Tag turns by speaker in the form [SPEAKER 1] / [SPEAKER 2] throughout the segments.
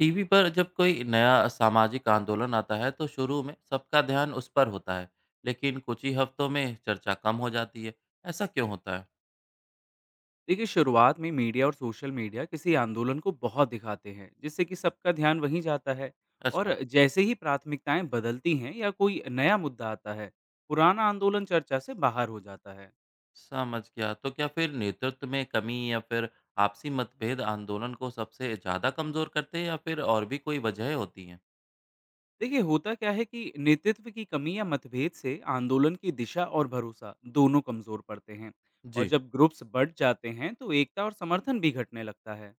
[SPEAKER 1] TV पर जब कोई नया सामाजिक आंदोलन आता है तो शुरू में सबका ध्यान उस पर होता है लेकिन कुछ ही हफ्तों में चर्चा कम हो जाती है। ऐसा क्यों होता है?
[SPEAKER 2] देखिए शुरुआत में मीडिया और सोशल मीडिया किसी आंदोलन को बहुत दिखाते हैं, जिससे कि सबका ध्यान वहीं जाता है। और
[SPEAKER 1] अच्छा,
[SPEAKER 2] जैसे ही प्राथमिकताएं बदलती हैं या कोई नया मुद्दा आता है, पुराना आंदोलन चर्चा से बाहर हो जाता है।
[SPEAKER 1] समझ गया। तो क्या फिर नेतृत्व में कमी या फिर आपसी मतभेद आंदोलन को सबसे ज़्यादा कमज़ोर करते हैं या फिर और भी कोई वजह होती हैं?
[SPEAKER 2] देखिए होता क्या है कि नेतृत्व की कमी या मतभेद से आंदोलन की दिशा और भरोसा दोनों कमजोर पड़ते हैं। और
[SPEAKER 1] जी,
[SPEAKER 2] जब ग्रुप्स बढ़ जाते हैं तो एकता और समर्थन भी घटने लगता है।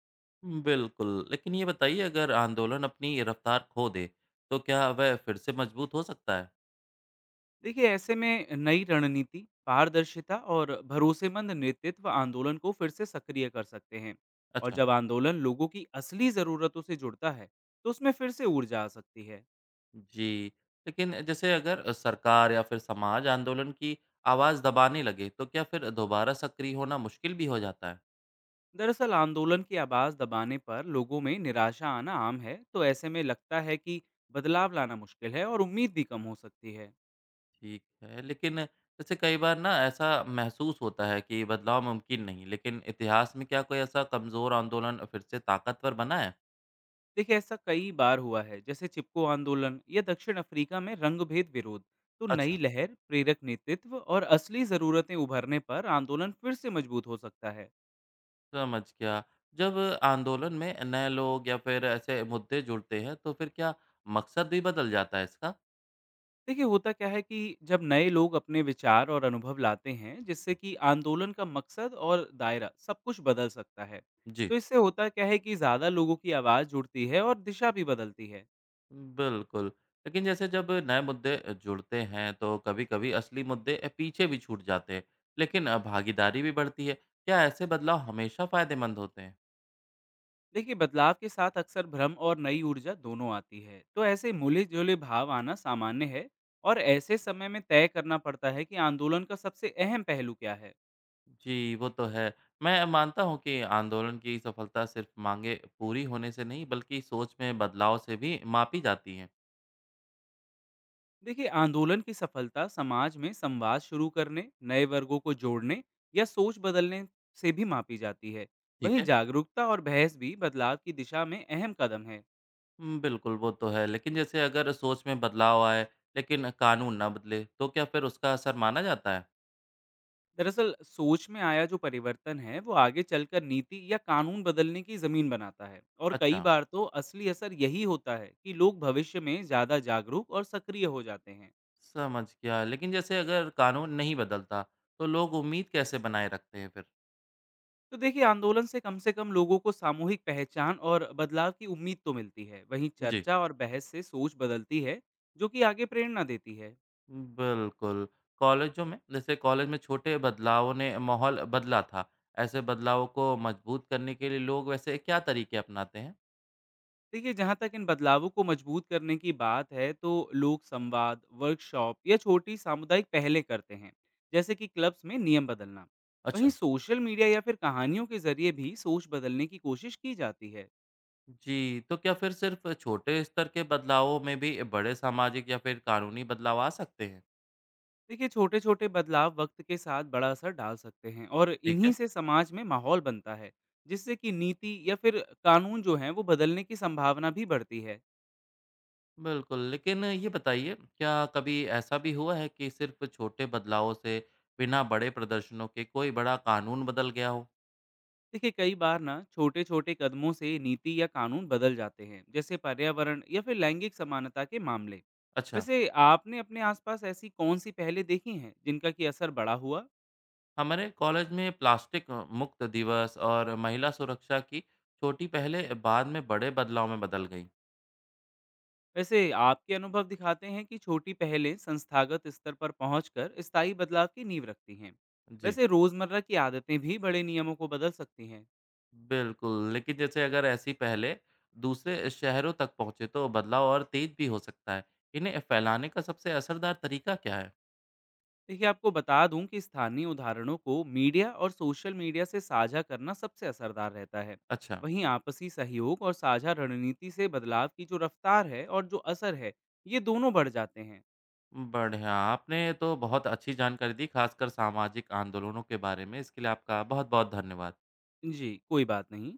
[SPEAKER 1] बिल्कुल। लेकिन ये बताइए, अगर आंदोलन अपनी रफ्तार खो दे तो क्या वह फिर से मजबूत हो सकता है?
[SPEAKER 2] देखिए ऐसे में नई रणनीति, पारदर्शिता और भरोसेमंद नेतृत्व आंदोलन को फिर से सक्रिय कर सकते हैं। और
[SPEAKER 1] अच्छा।
[SPEAKER 2] जब आंदोलन लोगों की असली ज़रूरतों से जुड़ता है तो उसमें फिर से ऊर्जा आ सकती है।
[SPEAKER 1] जी, लेकिन जैसे अगर सरकार या फिर समाज आंदोलन की आवाज़ दबाने लगे, तो क्या फिर दोबारा सक्रिय होना मुश्किल भी हो जाता है?
[SPEAKER 2] दरअसल आंदोलन की आवाज़ दबाने पर लोगों में निराशा आना आम है। तो ऐसे में लगता है कि बदलाव लाना मुश्किल है और उम्मीद भी कम हो सकती है।
[SPEAKER 1] ठीक है, लेकिन जैसे कई बार ना ऐसा महसूस होता है कि बदलाव मुमकिन नहीं, लेकिन इतिहास में क्या कोई ऐसा कमज़ोर आंदोलन फिर से ताकतवर बना है?
[SPEAKER 2] देखिए ऐसा कई बार हुआ है, जैसे चिपको आंदोलन या दक्षिण अफ्रीका में रंगभेद विरोध। तो नई
[SPEAKER 1] अच्छा,
[SPEAKER 2] लहर, प्रेरक नेतृत्व और असली जरूरतें उभरने पर आंदोलन फिर से मजबूत हो सकता है।
[SPEAKER 1] समझ गया। जब आंदोलन में नए लोग या फिर ऐसे मुद्दे जुड़ते हैं, तो फिर क्या मकसद भी बदल जाता है इसका?
[SPEAKER 2] देखिए होता क्या है कि जब नए लोग अपने विचार और अनुभव लाते हैं, जिससे कि आंदोलन का मकसद और दायरा सब कुछ बदल सकता है।
[SPEAKER 1] जी,
[SPEAKER 2] तो इससे होता क्या है कि ज्यादा लोगों की आवाज जुड़ती है और दिशा भी बदलती है।
[SPEAKER 1] बिल्कुल। लेकिन जैसे जब नए मुद्दे जुड़ते हैं तो कभी-कभी असली मुद्दे पीछे भी छूट जाते हैं, लेकिन भागीदारी भी बढ़ती है। क्या ऐसे बदलाव हमेशा फ़ायदेमंद होते हैं?
[SPEAKER 2] देखिए बदलाव के साथ अक्सर भ्रम और नई ऊर्जा दोनों आती है। तो ऐसे मिले जुले भाव आना सामान्य है। और ऐसे समय में तय करना पड़ता है कि आंदोलन का सबसे अहम पहलू क्या है।
[SPEAKER 1] जी, वो तो है। मैं मानता हूँ कि आंदोलन की सफलता सिर्फ़ माँगें पूरी होने से नहीं बल्कि सोच में बदलाव से भी मापी जाती हैं।
[SPEAKER 2] देखिए आंदोलन की सफलता समाज में संवाद शुरू करने, नए वर्गों को जोड़ने या सोच बदलने से भी मापी जाती है।
[SPEAKER 1] ठीक
[SPEAKER 2] वहीं
[SPEAKER 1] है?
[SPEAKER 2] जागरूकता और बहस भी बदलाव की दिशा में अहम कदम है।
[SPEAKER 1] बिल्कुल वो तो है। लेकिन जैसे अगर सोच में बदलाव आए लेकिन कानून ना बदले तो क्या फिर उसका असर माना जाता है?
[SPEAKER 2] दरअसल सोच में आया जो परिवर्तन है, वो आगे चलकर नीति या कानून बदलने की जमीन बनाता है। और कई
[SPEAKER 1] अच्छा,
[SPEAKER 2] बार तो असली असर यही होता है कि लोग भविष्य में ज्यादा जागरूक और सक्रिय हो जाते हैं।
[SPEAKER 1] समझ गया। लेकिन जैसे अगर कानून नहीं बदलता, तो लोग उम्मीद कैसे बनाए रखते हैं फिर?
[SPEAKER 2] तो देखिए आंदोलन से कम लोगों को सामूहिक पहचान और बदलाव की उम्मीद तो मिलती है। वहीं
[SPEAKER 1] जी।
[SPEAKER 2] चर्चा और बहस से सोच बदलती है, जो कि आगे प्रेरणा देती है।
[SPEAKER 1] बिल्कुल। कॉलेजों में जैसे कॉलेज में छोटे बदलावों ने माहौल बदला था। ऐसे बदलावों को मजबूत करने के लिए लोग वैसे क्या तरीके अपनाते हैं?
[SPEAKER 2] देखिए जहाँ तक इन बदलावों को मजबूत करने की बात है तो लोग संवाद, वर्कशॉप या छोटी सामुदायिक पहले करते हैं, जैसे कि क्लब्स में नियम बदलना। वहीं
[SPEAKER 1] अच्छा।
[SPEAKER 2] सोशल मीडिया या फिर कहानियों के जरिए भी सोच बदलने की कोशिश की जाती है।
[SPEAKER 1] जी, तो क्या फिर सिर्फ़ छोटे स्तर के बदलावों में भी बड़े सामाजिक या फिर कानूनी बदलाव आ सकते हैं?
[SPEAKER 2] देखिए छोटे छोटे बदलाव वक्त के साथ बड़ा असर डाल सकते हैं और
[SPEAKER 1] ठीक
[SPEAKER 2] इन्हीं
[SPEAKER 1] है।
[SPEAKER 2] से समाज में माहौल बनता है, जिससे कि नीति या फिर कानून जो है वो बदलने की संभावना भी बढ़ती है।
[SPEAKER 1] बिल्कुल, लेकिन ये बताइए, क्या कभी ऐसा भी हुआ है कि सिर्फ़ छोटे बदलावों से, बिना बड़े प्रदर्शनों के कोई बड़ा कानून बदल गया हो?
[SPEAKER 2] देखिए कई बार ना छोटे छोटे कदमों से नीति या कानून बदल जाते हैं, जैसे पर्यावरण या फिर लैंगिक समानता के मामले।
[SPEAKER 1] अच्छा,
[SPEAKER 2] वैसे आपने अपने आसपास ऐसी कौन सी पहले देखी हैं जिनका कि असर बड़ा हुआ?
[SPEAKER 1] हमारे कॉलेज में प्लास्टिक मुक्त दिवस और महिला सुरक्षा की छोटी पहलें बाद में बड़े बदलाव में बदल गईं।
[SPEAKER 2] वैसे आपके अनुभव दिखाते हैं कि छोटी पहलें संस्थागत स्तर पर पहुंचकर स्थायी बदलाव की नींव रखती हैं।
[SPEAKER 1] जी,
[SPEAKER 2] वैसे रोजमर्रा की आदतें भी बड़े नियमों को बदल सकती हैं।
[SPEAKER 1] बिल्कुल, लेकिन जैसे अगर ऐसी पहलें दूसरे शहरों तक पहुँचे, तो बदलाव और तेज़ भी हो सकता है। इन्हें फैलाने का सबसे असरदार तरीका क्या है?
[SPEAKER 2] देखिए आपको बता दूं कि स्थानीय उदाहरणों को मीडिया और सोशल मीडिया से साझा करना सबसे असरदार रहता है।
[SPEAKER 1] अच्छा।
[SPEAKER 2] वहीं आपसी सहयोग और साझा रणनीति से बदलाव की जो रफ्तार है और जो असर है, ये दोनों बढ़ जाते हैं।
[SPEAKER 1] बढ़िया, आपने तो बहुत अच्छी जानकारी दी, खासकर सामाजिक आंदोलनों के बारे में। इसके लिए आपका बहुत-बहुत धन्यवाद।
[SPEAKER 2] जी कोई बात नहीं।